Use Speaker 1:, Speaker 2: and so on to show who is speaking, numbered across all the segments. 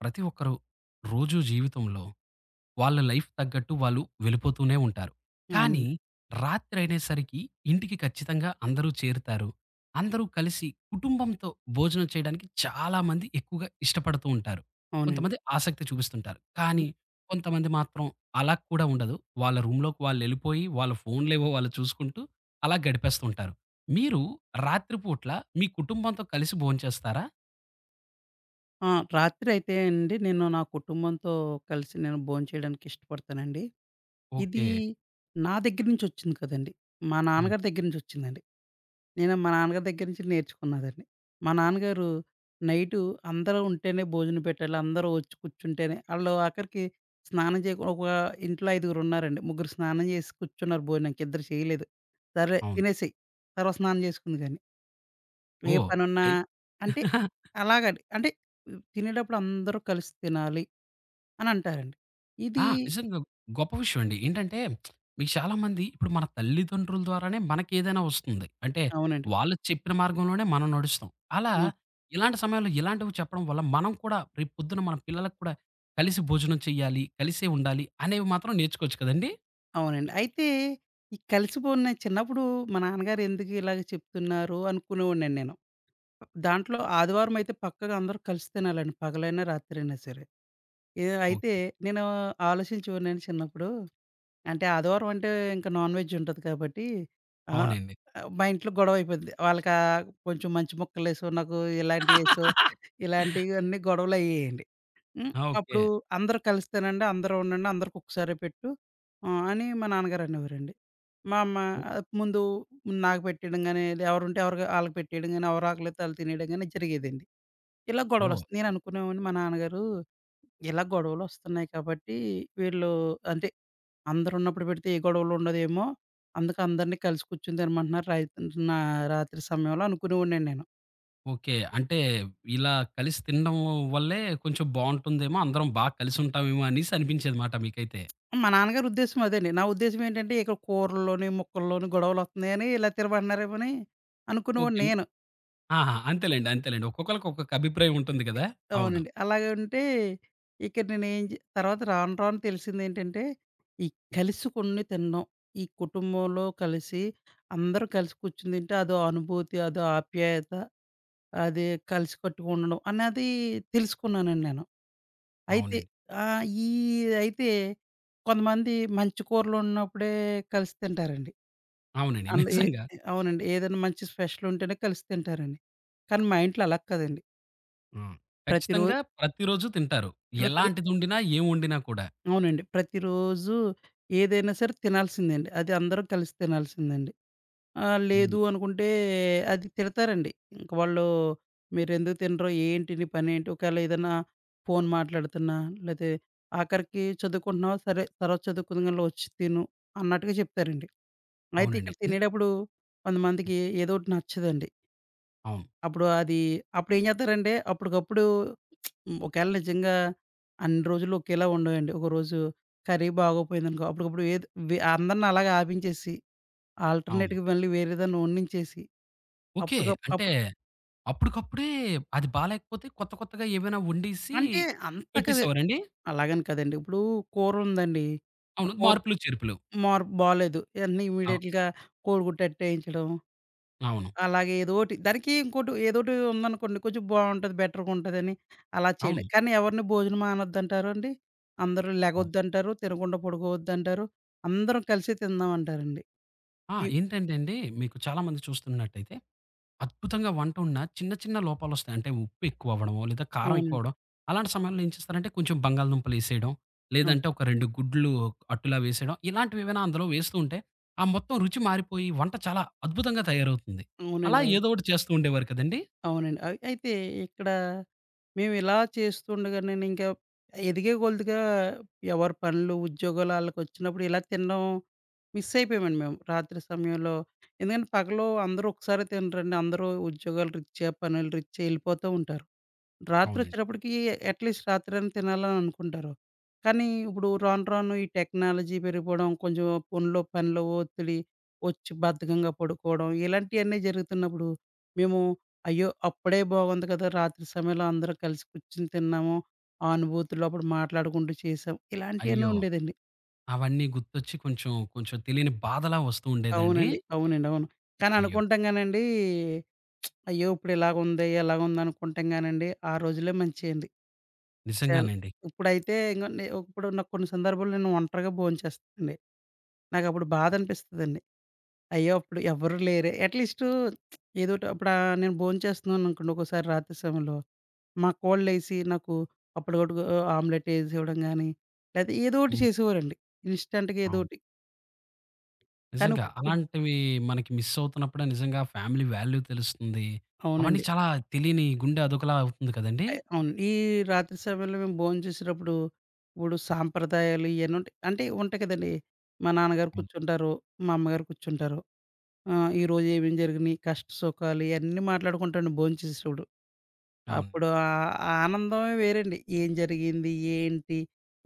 Speaker 1: ప్రతి ఒక్కరు రోజు జీవితంలో వాళ్ళ లైఫ్ తగ్గట్టు వాళ్ళు వెళ్ళిపోతూనే ఉంటారు. కానీ
Speaker 2: అవునండి.
Speaker 1: రాత్రి అనేసరికి ఇంటికి ఖచ్చితంగా అందరూ చేరుతారు. అందరూ కలిసి కుటుంబంతో భోజనం చేయడానికి చాలామంది ఎక్కువగా ఇష్టపడుతూ ఉంటారు.
Speaker 2: అవునండి.
Speaker 1: కొంతమంది ఆసక్తి చూపిస్తుంటారు.
Speaker 2: హ్మ్.
Speaker 1: కానీ కొంతమంది మాత్రం అలా కూడా ఉండదు. వాళ్ళ రూమ్‌లోకి వాళ్ళెళ్ళిపోయి వాళ్ళ ఫోన్‌లేవో వాళ్ళు చూసుకుంటూ అలా గడిపేస్తూ ఉంటారు. మీరు రాత్రి పూట్ల మీ కుటుంబంతో కలిసి భోంచేస్తారా?
Speaker 2: ఆ! రాత్రయితే అండి, నేను నా కుటుంబంతో కలిసి భోంచేయడానికి ఇష్టపడతానండి.
Speaker 1: ఓకే.
Speaker 2: ఇది నా దగ్గర నుంచొచ్చింది కదండీ. మా
Speaker 1: హ్మ్.
Speaker 2: నాన్నగారి దగ్గర నుంచొచ్చిందండి. నేను మా నాన్నగారి దగ్గర నుంచి నేర్చుకున్నాదండి. మా నాన్నగారు నైటు అందరూ ఉంటేనే భోజనం పెట్టాలి. అందరూ వచ్చి కూర్చుంటేనే ఆళ్ళు, ఆఖరికి స్నానం చేయకు, ఒక ఇంట్లో ఐదుగురున్నారండి. ముగ్గురు స్నానం చేసి కూర్చున్నారు భోజనానికి. ఇద్దరు చేయలేదు. సరే
Speaker 1: అవును.
Speaker 2: తినేసేయి. తర్వాత స్నానం చేసుకుందువు గాని. ఏ
Speaker 1: ఓహ్!
Speaker 2: పనున్నా
Speaker 1: అయి
Speaker 2: అంటే అలాగని. అంటే తినేటప్పుడు అందరూ కలిసి తినాలి అని అంటారండి.
Speaker 1: ఆ!
Speaker 2: ఇది
Speaker 1: నిజంగా గొప్ప విషయం అండి. ఏంటంటే మీకు చాలామంది ఇప్పుడు మన తల్లిదండ్రుల ద్వారానే మనకేదైనా వస్తుంది. అంటే
Speaker 2: అవునండి.
Speaker 1: వాళ్ళు చెప్పిన మార్గంలోనే మనం నడుస్తాం. అలా
Speaker 2: హ్మ్.
Speaker 1: ఇలాంటి సమయంలో ఇలాంటివి చెప్పడం వల్ల మనం కూడా రేపు పొద్దున మన పిల్లలకు కూడా కలిసి భోజనం చేయాలి, కలిసే ఉండాలి అనేవి మాత్రం నేర్చుకోవచ్చు కదండీ!
Speaker 2: అవునండి. అయితే ఈ కలిసిపోన్న చిన్నప్పుడు మా నాన్నగారు ఎందుకు ఇలాగ చెప్తున్నారు అనుకునేవాడినండి నేను. దాంట్లో ఆదివారం అయితే పక్కగా అందరూ కలిసి తినాలండి. పగలైనా రాత్రైనా సరే. ఏ అయితే
Speaker 1: ఓకే.
Speaker 2: నేను ఆలోచించేవాడినండి చిన్నప్పుడు. అంటే ఆదివారం అంటే ఇంక నాన్ వెజ్ ఉంటది కాబట్టి ఆహ్,
Speaker 1: అవునండి.
Speaker 2: మా ఇంట్లో గొడవ అయిపోద్ది. వాళ్ళకా కొంచెం మంచి ముక్కలేసో, నాకు ఇలాంటియేసో, ఇలాంటియన్నీ గొడవలయ్యేయండి. హ్మ్.
Speaker 1: ఆ! ఓకే.
Speaker 2: అప్పుడు అందరూ కలిస్తేనండి, అందరూ ఉండండి, అందరికి ఒకసారే పెట్టు ఆహ్, అని మా నాన్నగారు అనేవారండి. మా అమ్మ
Speaker 1: ఓ
Speaker 2: ఆహ్, ముందు నాకు పెట్టేయడం గానీ, ఎవరుంటే ఎవరికి ఆళ్ళకి పెట్టేయడం గానీ, ఎవరు ఆకలైతే ఆళ్ళు తినేయడం గానీ జరిగేదండి. ఇలా
Speaker 1: ఓహ్!
Speaker 2: గొడవలొస్తాయి. నేననుకునేవాడిని మా నాన్నగారు ఇలా గొడవలొస్తున్నాయి కాబట్టి వీళ్ళు అంటే అందరున్నప్పుడు పెడితే ఏ గొడవలు ఉండదేమో! అందుకు అందరిని కలిసి కూర్చుని తినమంటున్నారు రై నా రాత్రి సమయంలో అనుకునేవాడినండి నేను.
Speaker 1: ఓకే. అంటే ఇలా కలిసి తినడం వల్లే కొంచెం బావుంటుందేమో, అందరం బాగా కలిసుంటామేమో అనేసి అనిపించేది మాట మీకైతే.
Speaker 2: మా నాన్నగారి ఉద్దేశ్యం అదేండి. నా ఉద్దేశ్యం ఏంటంటే ఇక్కడ కూరల్లోని, ముక్కల్లోని గొడవలొత్తున్నాయని ఇలా తినమంటున్నారేమోని అనుకునేవాడిని
Speaker 1: ఓకే.
Speaker 2: నేను.
Speaker 1: ఆహా! అంతేలెండి. అంతేలెండి. ఒక్కొక్కళ్ళకి ఒక్కొక్క అభిప్రాయం ఉంటుంది గదా! అవును.
Speaker 2: అవునండి. అలాగే ఉంటే ఇక నేనేం జే తర్వాత రాను రాను తెలిసిందేంటంటే, ఈ
Speaker 1: హ్మ్.
Speaker 2: కలిసి కొన్ని తినడం. ఈ కుటుంబంలో కలిసి అందరూ కలిసి కూర్చొని తింటే అదో అనుభూతి, అదో ఆప్యాయత, అది కలిసి కట్టుగా ఉండడం అన్నది తెలుసుకున్నానండి నేను. అయితే
Speaker 1: అవునండి.
Speaker 2: ఆహ్, ఈ అయితే కొంతమంది మంచి కూరలోండినప్పుడే కలిసి తింటారండి.
Speaker 1: అవునండి.
Speaker 2: అండ్ ఏ
Speaker 1: నిజంగా.
Speaker 2: అవునండి. ఏదైనా మంచి స్పెషల్ ఉంటేనే కలిసి తింటారండి. కానీ మా ఇంట్లో అలా కాదండి.
Speaker 1: హ్మ్. ఖచ్చితంగా
Speaker 2: ప్రతిరోజు
Speaker 1: ప్రతిరోజు తింటారు.
Speaker 2: ప్రతిరోజు
Speaker 1: ఎలాంటిదుండినా, ఏం వండినా కూడా.
Speaker 2: అవునండి. ప్రతిరోజు ఏదైనా సరే తినాల్సిందండి. అది అందరూ కలిసి తినాల్సిందండి. ఆహ్,
Speaker 1: హ్మ్.
Speaker 2: లేదు అనుకుంటే అది తిడతారండి. ఇంక వాళ్ళు మీరెందుకు తినరు? ఏంటి నీ పనేంటి? ఒకవేళ ఏదైనా ఫోను మాట్లాడుతున్నా, లేతే ఆఖరికి చదువుకుంటున్నావా? సరే తర్వాత చదువుకుందాం గాని వచ్చి తిను అన్నట్టుగా చెప్తారండి. అయితే
Speaker 1: అవునండి.
Speaker 2: ఇక్కడ
Speaker 1: నిజ
Speaker 2: తినేటప్పుడు కొంతమందికి ఏదోకటి నచ్చదండి.
Speaker 1: అవును.
Speaker 2: అప్పుడు అది అప్పుడేం జేత్తారంటే అప్పటికప్పుడు హ్మ్. ఒకవేళ నిజంగా అన్ని రోజులు ఒకేలా ఉండవండి. ఒకరోజు కర్రీ బాగోపోయిందనుకో, అప్పటికప్పుడు ఏదో వె అందరిని అలాగే ఆపించేసి,
Speaker 1: అవును.
Speaker 2: ఆల్టర్‌నేట్‌గా మళ్ళీ వేరే దాన్ని వండించేసి,
Speaker 1: ఓకే. అంటే
Speaker 2: అప్పుడు
Speaker 1: అప్పటికప్పుడే అది బాలేకపోతే కొత్త కొత్తగా ఏమైనా వండేసి
Speaker 2: అంటే అంత కాదు
Speaker 1: పెట్టేసేవారండి?
Speaker 2: అలాగని కాదండి. ఇప్పుడు కూరుందండి, ఆ
Speaker 1: అవును.
Speaker 2: కూర
Speaker 1: మార్పులు, చేర్పులు.
Speaker 2: మార్ బాలేదు. వెంటనే
Speaker 1: అవు
Speaker 2: ఇమ్మీడియేట్‌గా కోడిగుడ్డు అట్టేయించడం.
Speaker 1: అవును.
Speaker 2: అలాగే ఏదోటి దానికి ఇంకోటి ఏదోటి ఉందనుకోండి, కొంచెం బావుంటది. బెటర్‌గా ఉంటదని అలా చేయండి.
Speaker 1: అవును.
Speaker 2: కానీ ఎవరిని భోజనం మానొద్దంటారు అండి. అందరూ
Speaker 1: అవును.
Speaker 2: లెగొద్దంటారు. తినకుండా పడుకోవద్దంటారు. అందరం కలిసి తిందాం అంటారండి.
Speaker 1: ఆ!
Speaker 2: ఈ
Speaker 1: ఏంటంటే అండి, మీకు చాలా మంది చూస్తున్నట్టయితే అద్భుతంగా వంట ఉన్నా చిన్న చిన్న లోపాలొస్తాయి. అంటే ఉప్పు ఎక్కువ అవ్వడమో, లేదా కారం ఎక్కువ
Speaker 2: అవునండి.
Speaker 1: అవ్వడం. అలాంటి సమయంలో ఏం చేస్తారంటే కొంచెం బంగాళదుంపలేసేయడం,
Speaker 2: అవును.
Speaker 1: లేదంటే ఒక 2 గుడ్లు అట్టులా వేసేయడం. ఇలాంటివేవైనా అందులో వేస్తూ ఉంటే ఆ మొత్తం రుచి మారిపోయి వంట చాలా అద్భుతంగా తయారవుతుంది. అలా
Speaker 2: అవునండి. అవును.
Speaker 1: ఏదో ఒకటి చేస్తూ ఉండేవారు కదండీ!
Speaker 2: అవునండి. అయి అయితే ఇక్కడ మేమిలా చేస్తుండగానే ఇంకా ఎదిగే కొలదిగా ఎవరి పనులు, ఉద్యోగాలు ఆళ్ళకొచ్చినప్పుడు ఇలా తినడం మిస్ అయిపోయామండి మేము. రాత్రి సమయంలో ఎందుకంటే పగలు అందరూ ఒకసారే తినరండి. అందరూ ఉద్యోగాల రీత్యా, పనుల రీత్యా ఎళ్ళిపోతూ ఉంటారు.
Speaker 1: అవునండి.
Speaker 2: రాత్రొచ్చేటప్పటికి అట్‌లీస్ట్ రాత్రైనా తినాలని అనుకుంటారు. కానీ ఇప్పుడు రాను రాను ఈ టెక్నాలజీ పెరిగిపోవడం, కొంచెం పనిలో ఒత్తిడి, ఒచ్చి బద్ధకంగా పడుకోవడం ఇలాంటియన్నీ జరుగుతున్నప్పుడు మేము అయ్యో! అప్పుడే బాగుంది కదా! రాత్రి సమయంలో అందరం కలిసి కూర్చొని తిన్నాము. ఆ అనుభూతులు అప్పుడు మాట్లాడుకుంటూ చేసాం. ఇలాంటియన్నీ
Speaker 1: అయ్యో!
Speaker 2: ఉండేదండి.
Speaker 1: అవన్నీ గుర్తొచ్చి కొంచెం కొంచెం తెలియని బాధలా వస్తూ ఉండేదండి?
Speaker 2: అవునండి. అవునండి. అవును. కానీ
Speaker 1: అయ్యో!
Speaker 2: అనుకుంటాం గానండి, అయ్యో! ఇప్పుడు ఇలాగుంది, ఎలాగుంది అనుకుంటాం గానండి ఆ రోజులే మంచియండి. చాలా.
Speaker 1: నిజంగానండి.
Speaker 2: ఇప్పుడైతే ఇంగ నే ఇప్పుడు నాకు కొన్ని సందర్భాల్లో నేను ఒంటరిగా భోంచేస్తానండి. నాకప్పుడు బాధనిపిస్తదండి. అయ్యో! అప్పుడు ఎవ్వరు లేరే అట్‌లీస్టు ఏదోటి అప్పుడు ఆహ్, నేను భోంచేస్తున్నాననుకోండి ఒక్కోసారి రాత్రి సమయంలో, మా కోడలేసి నాకు అప్పటికప్పుడు ఆహ్, ఆమ్లెట్ ఏసివ్వడం గానీ, లేతే ఏదోటి
Speaker 1: హ్మ్.
Speaker 2: చేసేవారండి. ఇన్‌స్టంట్‌గా
Speaker 1: అవును.
Speaker 2: ఏదోటి. కానీ
Speaker 1: నిజంగా.
Speaker 2: ఇప్పుడు ఉప్
Speaker 1: అలాంటివి మనకి మిస్ అవుతున్నప్పుడే నిజంగా ఫ్యామిలీ వాల్యూ తెలుస్తుంది. అవన్నీ
Speaker 2: అవునండి.
Speaker 1: చాలా తెలియని గుండె అదోకలా అవుతుంది కదండీ!
Speaker 2: అయ్ అవును. ఈ రాత్రి సమయంలో మేము భోంచేసేటప్పుడు, ఇప్పుడు సాంప్రదాయాలు ఇయన్నీ ఉంటాయి. అంటే ఉంటాయి కదండీ! మా నాన్నగారు
Speaker 1: అవును.
Speaker 2: కూర్చుంటారు, మా అమ్మగారు కూర్చుంటారు. ఆ! ఈరోజు ఏమేం జరిగినియి, కష్ట సుఖాలు ఇయన్నీ మాట్లాడుకుంటాండి భోంచేసేప్పుడు.
Speaker 1: అవును.
Speaker 2: అప్పుడు ఆహ్, ఆ ఆనందమే వేరండి. ఏం జరిగింది, ఏంటి,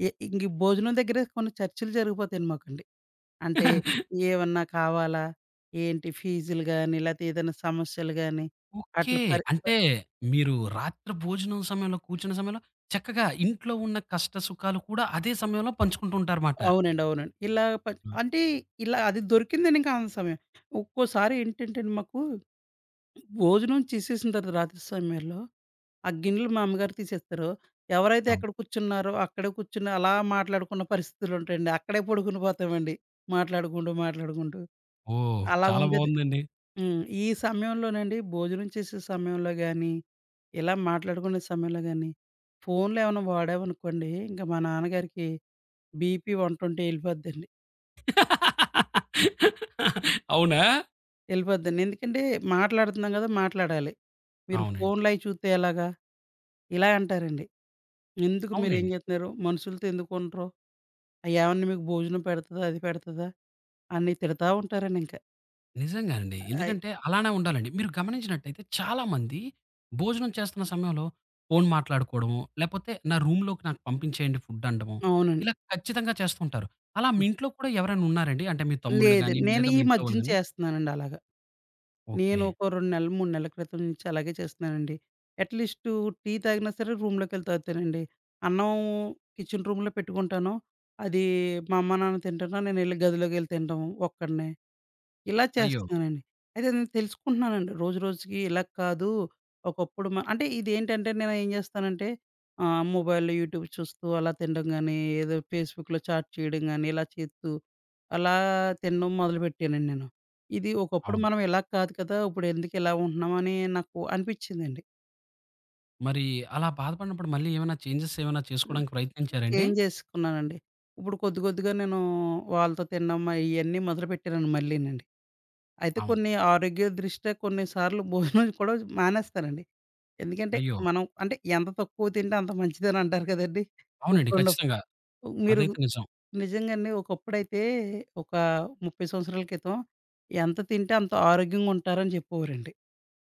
Speaker 2: ఎ ఇంక ఈ భోజనం దగ్గరే కొన్ని చర్చలు జరిగిపోతాయండి మాకండి. అంటే ఏమన్నా కావాలా, ఏంటి ఫీజులు గాని, లేతే ఏదైనా సమస్యలు గాని,
Speaker 1: ఓకే.
Speaker 2: అట్లా పరి ప
Speaker 1: అంటే మీరు రాత్రి భోజనం సమయంలో కూర్చున్న సమయంలో చక్కగా ఇంట్లో ఉన్న కష్ట సుఖాలు కూడా అదే సమయంలో పంచుకుంటూ ఉంటారుమాట.
Speaker 2: అవునండి. అవునండి. ఇలా ప
Speaker 1: హ్మ్.
Speaker 2: అంటే ఇలా అది దొరికిందండి ఇంకా ఆనంద సమయం. ఒక్కోసారి ఏంటంటే అండి మాకు భోజనం చేసేసిన తర్వాత రాత్రి సమయాల్లో ఆ గిన్నెలు మా అమ్మగారు తీసేస్తారు. ఎవరైతే
Speaker 1: అవును.
Speaker 2: ఎక్కడ కూర్చున్నారో అక్కడే కూర్చొని అలా మాట్లాడుకున్న పరిస్థితులుంటాయండి. అక్కడే పడుకుని పోతామండి. మాట్లాడుకుంటూ
Speaker 1: ఓహ్!
Speaker 2: అలా
Speaker 1: చాలా
Speaker 2: ఉండేది.
Speaker 1: బావుందండి.
Speaker 2: హ్మ్. ఈ సమయంలోనండి భోజనం చేసే సమయంలో గాని, ఇలా మాట్లాడుకునే సమయంలో గాని, ఫోన్‌లు ఏమైనా వాడామనుకోండి ఇంక మా నాన్నగారికి బీపీ 120 ఎళ్ళిపోద్దండి.
Speaker 1: అవునా?
Speaker 2: ఎళ్ళిపోద్దండి. ఎందుకంటే మాట్లాడుతున్నాం గదా! మాట్లాడాలి. మీరు
Speaker 1: అవునండి.
Speaker 2: ఫోన్‌లయి చూత్తే ఎలాగా? ఇలా అంటారండి. ఎందుకు మీరేం
Speaker 1: అవునండి.
Speaker 2: జేత్తున్నారు? మనుషులతో ఎందుకుండరు? ఏమన్నా మీకు భోజనం పెడతదా? అది పెడతదా? అని తిడతా ఉంటారండి ఇంక.
Speaker 1: నిజంగా అండి.
Speaker 2: అయ్
Speaker 1: ఎందుకంటే అలానే ఉండాలండి. మీరు గమనించినట్టయితే చాలామంది భోజనం చేస్తున్న సమయంలో ఫోను మాట్లాడుకోవడము, లేపోతే నా రూమ్‌లోకి నాకు పంపించేయండి ఫుడ్ అనడము,
Speaker 2: అవునండి.
Speaker 1: ఇలా ఖచ్చితంగా చేస్తుంటారు. అలా మీ
Speaker 2: హ్మ్.
Speaker 1: ఇంట్లో కూడా ఎవరైనా ఉన్నారండి? అంటే మీ తమ్ముళ్ళు
Speaker 2: లేదు.
Speaker 1: గాని,
Speaker 2: నేను
Speaker 1: లేదా మీ
Speaker 2: ఈ
Speaker 1: ఇంట్లో వాళ్ళు
Speaker 2: మధ్యన
Speaker 1: గాని?
Speaker 2: చేస్తున్నానండి అలాగా.
Speaker 1: ఓకే.
Speaker 2: నేను ఒక 2 నెలలు, 3 నెలల క్రితం నుంచి అలాగే చేస్తున్నానండి. అట్‌లీస్టు టీ తాగినా సరే రూమ్‌లోకెళ్ళి తాగుతానండి. అన్నం కిచెన్ రూమ్‌లో పెట్టుకుంటాను. అది మా అమ్మ, నాన్న తింటున్నా నేనెళ్ళి గదిలోకెళ్ళి తినడం ఒక్కడినే. ఇలా
Speaker 1: అయ్యో!
Speaker 2: చేస్తున్నానండి. అయితే నేను తెలుసుకుంటున్నానండి. రోజు రోజుకి ఇలా కాదు. ఒకప్పుడు మ అంటే ఇదేంటంటే నేను ఏం చేస్తానంటే ఆహ్, మొబైల్‌లో యూట్యూబ్ చూస్తూ అలా తినడం గాని, ఏదో ఫేస్‌బుక్‌లో చాట్ చేయడం గాని, ఇలా చేస్తూ అలా తినడం మొదలుపెట్టానండి నేను. ఇది ఒకప్పుడు
Speaker 1: అవును.
Speaker 2: మనం ఇలా కాదు కదా! ఇప్పుడు ఎందుకు ఇలా ఉంటున్నాం అని నాకు అనిపించిందండి.
Speaker 1: మరి అలా బాధపడినప్పుడు మళ్ళీ ఏమైనా చేంజెస్ ఏమైనా
Speaker 2: హ్మ్.
Speaker 1: చేసుకోవడానికి ప్రయత్నించారండి?
Speaker 2: చేంజ్ చేసుకున్నానండి. ఇప్పుడు కొద్దిగా నేను వాళ్ళతో తినడం ఇయన్నీ మొదలుపెట్టానండి మళ్ళీని. అయితే
Speaker 1: అవును.
Speaker 2: కొన్ని ఆరోగ్య దృష్ట్యా కొన్ని సార్లు భోజనం కూడా మానేస్తానండి. ఎందుకంటే
Speaker 1: అయ్యో!
Speaker 2: మనం అంటే ఎంత తక్కువ తింటే అంత మంచిదని అంటారు కదండీ!
Speaker 1: అవునండి.
Speaker 2: ఇప్పుడున్న
Speaker 1: ఖచ్చితంగా.
Speaker 2: మీరు
Speaker 1: అదైతే నిజం.
Speaker 2: నిజంగానే ఒకప్పుడైతే ఒక 30 సంవత్సరాల క్రితం ఎంత తింటే అంత ఆరోగ్యంగా ఉంటారని చెప్పేవారండి.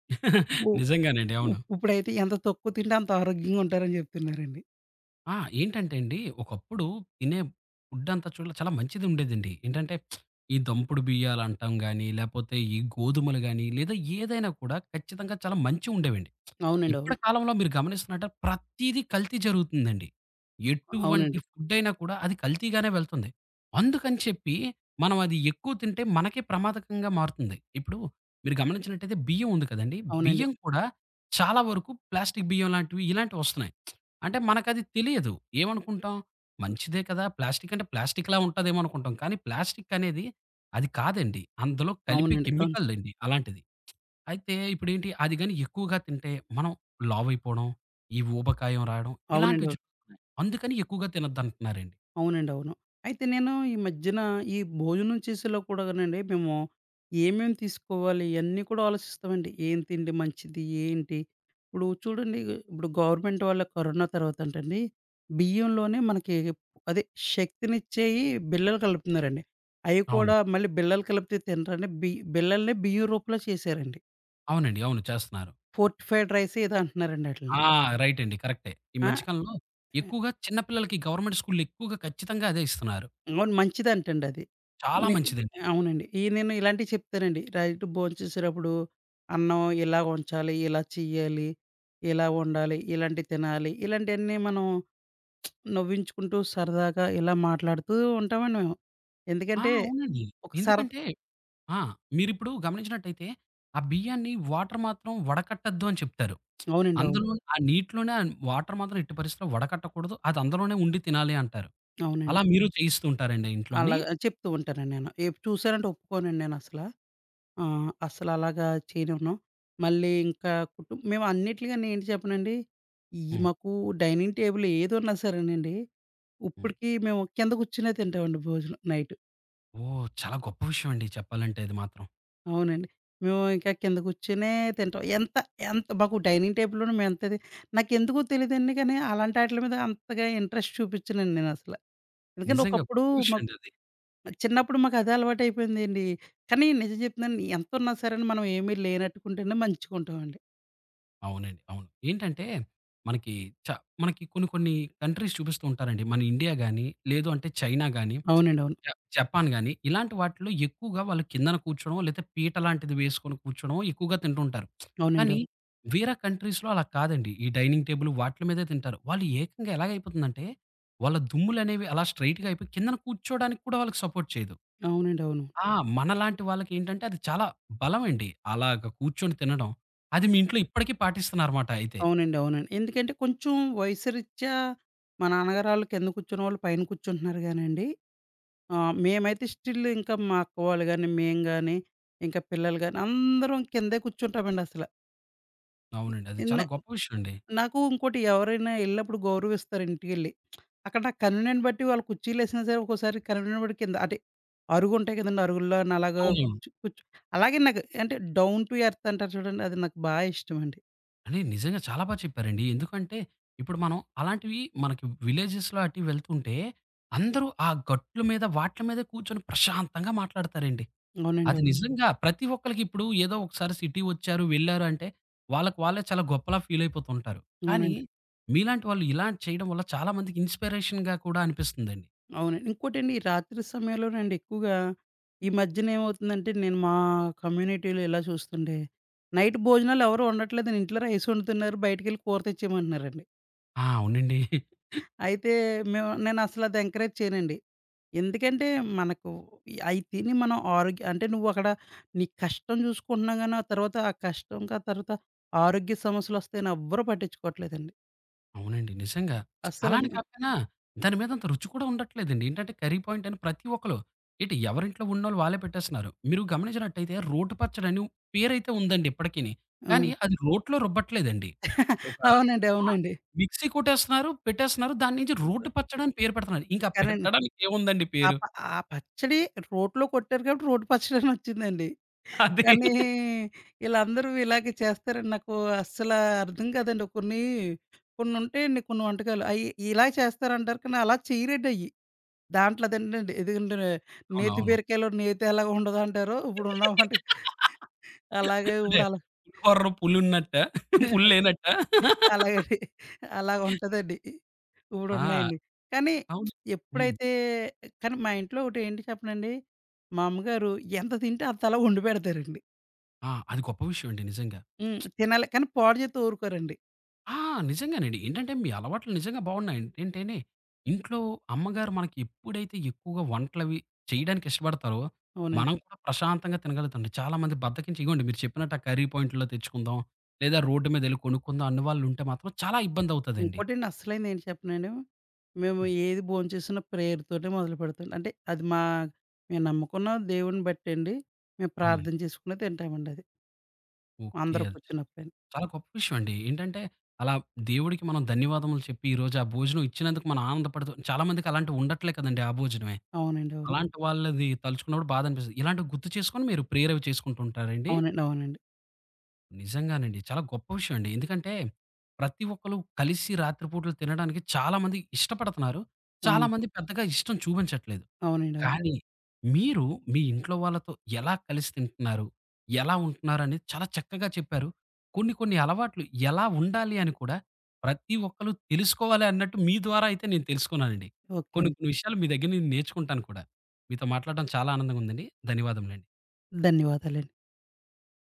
Speaker 2: ఉ
Speaker 1: నిజంగానండి.
Speaker 2: ఉ
Speaker 1: అవును.
Speaker 2: ఇప్పుడైతే ఎంత తక్కువ తింటే అంత ఆరోగ్యంగా ఉంటారని చెప్తున్నారండి.
Speaker 1: ఆ! ఏంటంటే అండి, ఒకప్పుడు తినే ఫుడ్డంతా చూడ చాలా మంచిది ఉండేదండి. ఏంటంటే, ఈ దంపుడు బియ్యాలంటాం గానీ, లేపోతే ఈ గోధుమలు గానీ, లేదా ఏదైనా కూడా ఖచ్చితంగా చాలా మంచివుండేవండి.
Speaker 2: అవునండి.
Speaker 1: ఇప్పటి
Speaker 2: అవును.
Speaker 1: కాలంలో మీరు గమనిస్తున్నట్టే ప్రతీదీ కల్తీ జరుగుతుందండి. ఎటువంటి
Speaker 2: అవునండి.
Speaker 1: ఫుడ్డయినా కూడా అది కల్తీగానే వెళ్తుంది. అందుకని చెప్పి మనం అది ఎక్కువ తింటే మనకే ప్రమాదకంగా మారుతుంది. ఇప్పుడు మీరు గమనించినట్టయితే బియ్యం ఉంది కదండీ!
Speaker 2: అవునండి.
Speaker 1: బియ్యం కూడా చాలా వరకు ప్లాస్టిక్ బియ్యం లాంటివి ఇలాంటివొస్తున్నాయి. అంటే మనకది తెలియదు. ఏమనుకుంటాం, మంచిదే కదా! ప్లాస్టిక్ అంటే ప్లాస్టిక్‌లా ఉంటదేమో అనుకుంటాం. కానీ ప్లాస్టిక్ అనేది అది కాదండి. అందులో కలిపే
Speaker 2: అవునండి. అవును.
Speaker 1: కెమికలండి అలాంటిది. అయితే ఇప్పుడేంటి అది గాని ఎక్కువగా తింటే మనం లావైపోవడం, ఈ ఊబకాయం రావడం
Speaker 2: అవునండి.
Speaker 1: ఇలాంటివి
Speaker 2: అవును.
Speaker 1: జరుగుతున్నాయి. అందుకని ఎక్కువగా తినొద్దంటున్నారండి.
Speaker 2: అవునండి. అవును. అయితే నేను ఈ మధ్యన ఈ భోజనం చేసేలో కూడానండి మేము ఏమేమి తీసుకోవాలి ఇయన్నీ కూడా ఆలోచిస్తామండి. ఏం తిండి మంచిది? ఏంటి? ఇప్పుడు చూడండి, ఇప్పుడు గవర్నమెంట్ వాళ్ళ కరోనా తర్వాత అంటండి బియ్యంలోనే మనకి అదే శక్తినిచ్చేయి బిళ్ళలు కలుపుతున్నారండి. అయి కూడా
Speaker 1: అవునండి.
Speaker 2: మళ్ళీ బిళ్ళలు కలిపితే తినరండి. బి బిళ్ళల్ని బియ్యం రూపంలో చేశారండి.
Speaker 1: అవునండి. అవును. చేస్తున్నారు.
Speaker 2: ఫోర్టిఫైడ్ రైస్ ఏదో అంటున్నారండి ఆటిలిని.
Speaker 1: ఆ! రైట్ అండి. కరెక్టే. ఈ
Speaker 2: ఆ!
Speaker 1: మధ్య కాలంలో ఎక్కువగా చిన్న పిల్లలకి గవర్నమెంట్ స్కూల్‌లో ఎక్కువగా ఖచ్చితంగా అదే ఇస్తున్నారు.
Speaker 2: అవును. మంచిదంటండి అది.
Speaker 1: చాలా
Speaker 2: నే
Speaker 1: మంచిదండి.
Speaker 2: అవునండి. ఈ నేను ఇలాంటివి చెప్తానండి. నైట్ భోంచేసేటప్పుడు అన్నం ఇలా ఉంచాలి, ఇలా చెయ్యాలి, ఇలా వండాలి, ఇలాంటివి తినాలి. ఇలాంటియన్నీ మనం నవ్వించుకుంటూ సరదాగా ఇలా మాట్లాడుతూ ఉంటామండి మేము.
Speaker 1: ఆ!
Speaker 2: ఎందుకంటే
Speaker 1: అవునండి.
Speaker 2: ఒక సరదా
Speaker 1: ఎందుకంటే ఆ! మీరిప్పుడు గమనించినట్టయితే, ఆ బియ్యాన్ని వాటర్ మాత్రం వడకట్టొద్దు అని చెప్తారు.
Speaker 2: అవునండి. అవును.
Speaker 1: అందులో ఆ నీటిలోనే ఆ వాటర్ మాత్రం ఎట్టి పరిస్థితిలో వడకట్టకూడదు. అది అందులోనే ఉండి తినాలి అంటారు.
Speaker 2: అవునండి.
Speaker 1: అలా మీరు చేయిస్తూ ఉంటారండి ఇంట్లోని?
Speaker 2: అలాగా చెప్తూ ఉంటానండి నేను. ఎప్ చూసానంటే ఒప్పుకోనండి నేనసల. ఆ! అస్సలలాగా చేయనివ్వను. మళ్ళీ ఇంకా కుటుం మేము అన్నిట్లిగాని ఏంటి చెప్పనండి, ఈ
Speaker 1: హ్మ్.
Speaker 2: మాకు డైనింగ్ టేబుల్ ఏదున్నా సరేనండి,
Speaker 1: హ్మ్.
Speaker 2: ఉప్పుడికి మేము కింద కూర్చునే తింటామండి భోజనం నైట్.
Speaker 1: ఓహ్! చాలా గొప్ప విషయం అండి చెప్పాలంటే ఇది మాత్రం.
Speaker 2: అవునండి. మేము ఇంకా కింద కూర్చునే తింటాం. ఎంత ఎంత మాకు డైనింగ్ టేబుల్‌లోనే మేమంతది నాకెందుకో తెలీదండి కానీ, అలాంటి ఆటిల మీద అంతగా ఇంట్రెస్ట్ చూపిచ్చనండి నేనసల. ఎందుకంటే
Speaker 1: నిజంగా
Speaker 2: ఒకప్పుడు
Speaker 1: గొప్ప విషయం
Speaker 2: మాకు
Speaker 1: అండి అది.
Speaker 2: చిన్నప్పుడు మాకదే అలవాటయిపోయిందండి. కానీ నిజం చెప్తున్నాను, ఎంతున్నా సరే మనం ఏమీ లేనట్టుకుంటేనే మంచిగుంటామండి.
Speaker 1: అవునండి. అవును. ఏంటంటే మనకి చ మనకి కొన్ని కొన్ని కంట్రీస్ చూపిస్తూ ఉంటారండి. మన ఇండియా గాని, లేదు అంటే చైనా గాని,
Speaker 2: అవునండి. అవును.
Speaker 1: జ జపాన్ గాని ఇలాంటి వాటిలో ఎక్కువగా వాళ్ళు కిందన కూర్చోవడం, లేతే పీట లాంటిది వేసుకొని కూర్చోవడం ఎక్కువగా తింటుంటారు.
Speaker 2: అవునండి.
Speaker 1: కానీ
Speaker 2: అవును.
Speaker 1: వేరే కంట్రీస్‌లో అలా కాదండి. ఈ డైనింగ్ టేబుల్ వాట్ల మీదే తింటారు. వాళ్ళు ఏకంగా ఎలాగైపోతుందంటే వాళ్ళ దుమ్ములనేవి అలా స్ట్రెయిట్‌గా అయిపోయి కిందన కూర్చోవడానికి కూడా వాళ్ళకి సపోర్ట్ చేయదు.
Speaker 2: అవునండి. అవును.
Speaker 1: ఆ! మనలాంటి వాళ్ళకేంటంటే అది చాలా బలమండి. అలాగ కూర్చొని తినడం. అది
Speaker 2: హ్మ్.
Speaker 1: మీ ఇంట్లో ఇప్పటికీ పాటిస్తున్నారన్నమాట అయితే.
Speaker 2: అవునండి. అవునండి. ఎందుకంటే కొంచెం వయసురీత్యా మా నాన్నగారు ఆళ్ళు కింద కూర్చున్న వాళ్ళు పైన కూర్చుంటున్నారు గానండి. ఆహ్, మేమైతే స్టిల్ ఇంకా మా అక్క వాళ్ళు గాని, మేము గాని, ఇంకా పిల్లలు గాని అందరం కిందే కూర్చుంటామండి అసల.
Speaker 1: అవునండి. అది
Speaker 2: ఇన్
Speaker 1: చాలా గొప్ప విషయం అండి.
Speaker 2: నాకు ఇంకోటి ఎవరైనా ఎళ్ళినప్పుడు గౌరవిస్తారు ఇంటికెళ్ళి. అక్కడ నాకు కన్వీనియన్ట్ బట్టి వాళ్ళు కుర్చీలేసినా సరే ఒక్కోసారి కన్వీనియన్ట్ బట్టి కింద అంటే అరుగుంటాయి కదండీ! అరుగుల్లోని అలాగా
Speaker 1: అవునవును.
Speaker 2: కూర్చు కూర్చు అలాగే నాకు అంటే డౌన్ టు ఎర్త్ అంటారు చూడండి, అది నాకు బా ఇష్టమండి.
Speaker 1: అని నిజంగా చాలా బా చెప్పారండి. ఎందుకంటే ఇప్పుడు మనం అలాంటివి మనకి విలేజెస్‌లో అటు వెళ్తుంటే అందరూ ఆ గట్ల మీద వాట్ల మీద కూర్చొని ప్రశాంతంగా మాట్లాడతారండి.
Speaker 2: అవునండి.
Speaker 1: అది
Speaker 2: అవును.
Speaker 1: నిజంగా ప్రతి ఒక్కళ్ళకి ఇప్పుడు ఏదో ఒకసారి సిటీ వచ్చారు, వెళ్లారు అంటే వాళ్ళకి వాళ్ళే చాలా గొప్పలా ఫీల్ అయిపోతుంటారు. కానీ
Speaker 2: అవునండి.
Speaker 1: మీలాంటి వాళ్ళు ఇలా చేయడం వల్ల చాలా మందికి ఇన్‌స్పిరేషన్‌గా కూడా అనిపిస్తుందండి.
Speaker 2: అవునండి. ఇంకోటండి ఈ రాత్రి సమయంలోనండి ఎక్కువగా ఈ మధ్యన ఏమవుతుందంటే నేను మా కమ్యూనిటీలో ఇలా చూస్తుంటే నైట్ భోజనాలు ఎవరు వండట్లేదండి. ఇంట్లో రైస్ వండుతున్నారు. బయటికెళ్ళి కూర తెచ్చేయమంటున్నారండి.
Speaker 1: ఆ! అవునండి.
Speaker 2: అయితే మేము నేను అసలు అది ఎంకరేజ్ చేయనండి. ఎందుకంటే మనకు అయి తిని మనం ఆరోగ్య అంటే నువ్వు అక్కడ నీ కష్టం చూసుకుంటున్నావు గానీ, ఆ తర్వాత ఆ కష్టం ఆ తర్వాత ఆరోగ్య సమస్యలొస్తాయని ఎవ్వరు పట్టించుకోవట్లేదండి.
Speaker 1: అవునండి. నిజంగా. అలా అని
Speaker 2: అస్సలండి.
Speaker 1: కాకపోయినా దాని మీద అంత రుచి కూడా ఉండట్లేదండి. ఏంటంటే కర్రీ పాయింట్ అని ప్రతి ఒక్కళ్ళు ఏంటి ఎవరింట్లో ఉన్నోళ్ళు వాళ్ళే పెట్టేస్తున్నారు. మీరు గమనించినట్టయితే రోటు పచ్చడని పేరైతే ఉందండి ఇప్పటికిని.
Speaker 2: ఆ!
Speaker 1: కానీ అది రోట్లో రుబ్బట్లేదండి. ఒక
Speaker 2: అవునండి.
Speaker 1: ఆ!
Speaker 2: అవునండి.
Speaker 1: మిక్సీ కొట్టేస్తున్నారు, పెట్టేస్తున్నారు. దాని నుంచి రోటు పచ్చడి అని పేరు పెడుతున్నారు. ఇంకా
Speaker 2: కానండి
Speaker 1: పెట్టడానికి ఏముందండి
Speaker 2: ఆ
Speaker 1: పేరు.
Speaker 2: ప ఆ పచ్చడి రోట్లో కొట్టారు కాబట్టి రోటి పచ్చడనొచ్చిందండి.
Speaker 1: అది
Speaker 2: కానీ ఈళ్ళందరూ ఇలాగే చేస్తారని నాకు అస్సల అర్థం కాదండి. కొన్ని కొన్నుంటాయండి కొన్ని వంటకాలు. అయి ఇలా చేస్తారంటారు కానీ అలా చేయరండయ్యి. దాంట్లో అదేంటండి ఇదిగంటే నేతి
Speaker 1: అవునవును.
Speaker 2: బీరకాయలో నేతి ఎలాగ ఉండదంటారో ఇప్పుడున్న వంట అలాగే
Speaker 1: అంటే
Speaker 2: ఇప్పుడు అలా
Speaker 1: పులిహోరలో పులున్నట్టా? పుల్లేనట్టా?
Speaker 2: అలాగని అలాగుంటదండి.
Speaker 1: ఆ!
Speaker 2: ఇప్పుడున్నాయండి. కానీ
Speaker 1: అవును. హ్మ్.
Speaker 2: ఎప్పుడైతే కానీ మా ఇంట్లో ఒకటేంటి చెప్పనండి, మా అమ్మగారు ఎంత తింటే అంత అలా వండి పెడతారండి.
Speaker 1: ఆ! అది గొప్ప విషయం అండి నిజంగా.
Speaker 2: హ్మ్. తినాలి కానీ పాడు చేత్తో ఊరుకోరండి.
Speaker 1: ఆ! నిజంగానండి. ఏంటంటే మీ అలవాట్లు నిజంగా బాగున్నాయి. ఏంటంటేనే ఇంట్లో అమ్మగారు మనకి ఎప్పుడైతే ఎక్కువగా వంటలవి చేయడానికి ఇష్టపడతారో,
Speaker 2: అవునండి.
Speaker 1: మనం కూడా ప్రశాంతంగా తినగలుగుతామండి. చాలామంది బద్ధకించి ఇగోండి మీరు చెప్పినట్టు ఆ కర్రీ పాయింట్‌లో తెచ్చుకుందాం, లేదా రోడ్డు మీదెళ్లి కొనుక్కుందాం అన్న వాళ్ళుంటే మాత్రం చాలా ఇబ్బందవుతదండి.
Speaker 2: ఇంకోటండి అస్సలైంది ఏంటి చెప్పనాను, మేము
Speaker 1: హ్మ్.
Speaker 2: ఏది భోంచేసినా ప్రేయర్‌తోనే మొదలుపెడతాం. అంటే అది మా మేము నమ్ముకున్న దేవుడిని బట్టండి, మేము
Speaker 1: అవునండి.
Speaker 2: ప్రార్థన చేసుకునే తింటామండి అది.
Speaker 1: ఓకే.
Speaker 2: అందరూ
Speaker 1: అది చా
Speaker 2: కూర్చున్నప్పుడని.
Speaker 1: చాలా గొప్ప విషయం అండి. ఏంటంటే అలా దేవుడికి మనం ధన్యవాదములు చెప్పి ఈరోజు ఆ భోజనం ఇచ్చినందుకు మనం ఆనందపడుతూ చాలామందికి అలాంటివి ఉండట్లే కదండీ ఆ భోజనమే.
Speaker 2: అవునండి. అవును.
Speaker 1: అలాంటి వాళ్ళది తలుచుకున్నప్పుడు బాధ అనిపిస్తది. ఇలాంటివి గుర్తు చేసుకొని మీరు ప్రేయర్ అవి చేసుకుంటూ ఉంటారండి?
Speaker 2: అవునండి. అవునండి.
Speaker 1: నిజంగానండి. చాలా గొప్ప విషయం అండి. ఎందుకంటే ప్రతి ఒక్కళ్ళు కలిసి రాత్రి పూటలు తినడానికి చాలామంది ఇష్టపడుతున్నారు.
Speaker 2: అవును.
Speaker 1: చాలామంది పెద్దగా ఇష్టం చూపించట్లేదు.
Speaker 2: అవునండి. అవును.
Speaker 1: కానీ మీరు మీ ఇంట్లో వాళ్ళతో ఎలా కలిసి తింటున్నారు? ఎలా ఉంటున్నారనేది చాలా చక్కగా చెప్పారు. కొన్ని కొన్ని అలవాట్లు ఎలా ఉండాలి అని కూడా ప్రతి ఒక్కళ్ళు తెలుసుకోవాలి అన్నట్టు మీ ద్వారా అయితే నేను తెలుసుకున్నానండి.
Speaker 2: ఓకే
Speaker 1: కొన్ని
Speaker 2: అండి.
Speaker 1: కొన్ని విషయాలు మీ దగ్గర నేను నేర్చుకుంటాను కూడా. మీతో మాట్లాడడం చాలా ఆనందంగా ఉందండి. ధన్యవాదములండి.
Speaker 2: ధన్యవాదాలండి.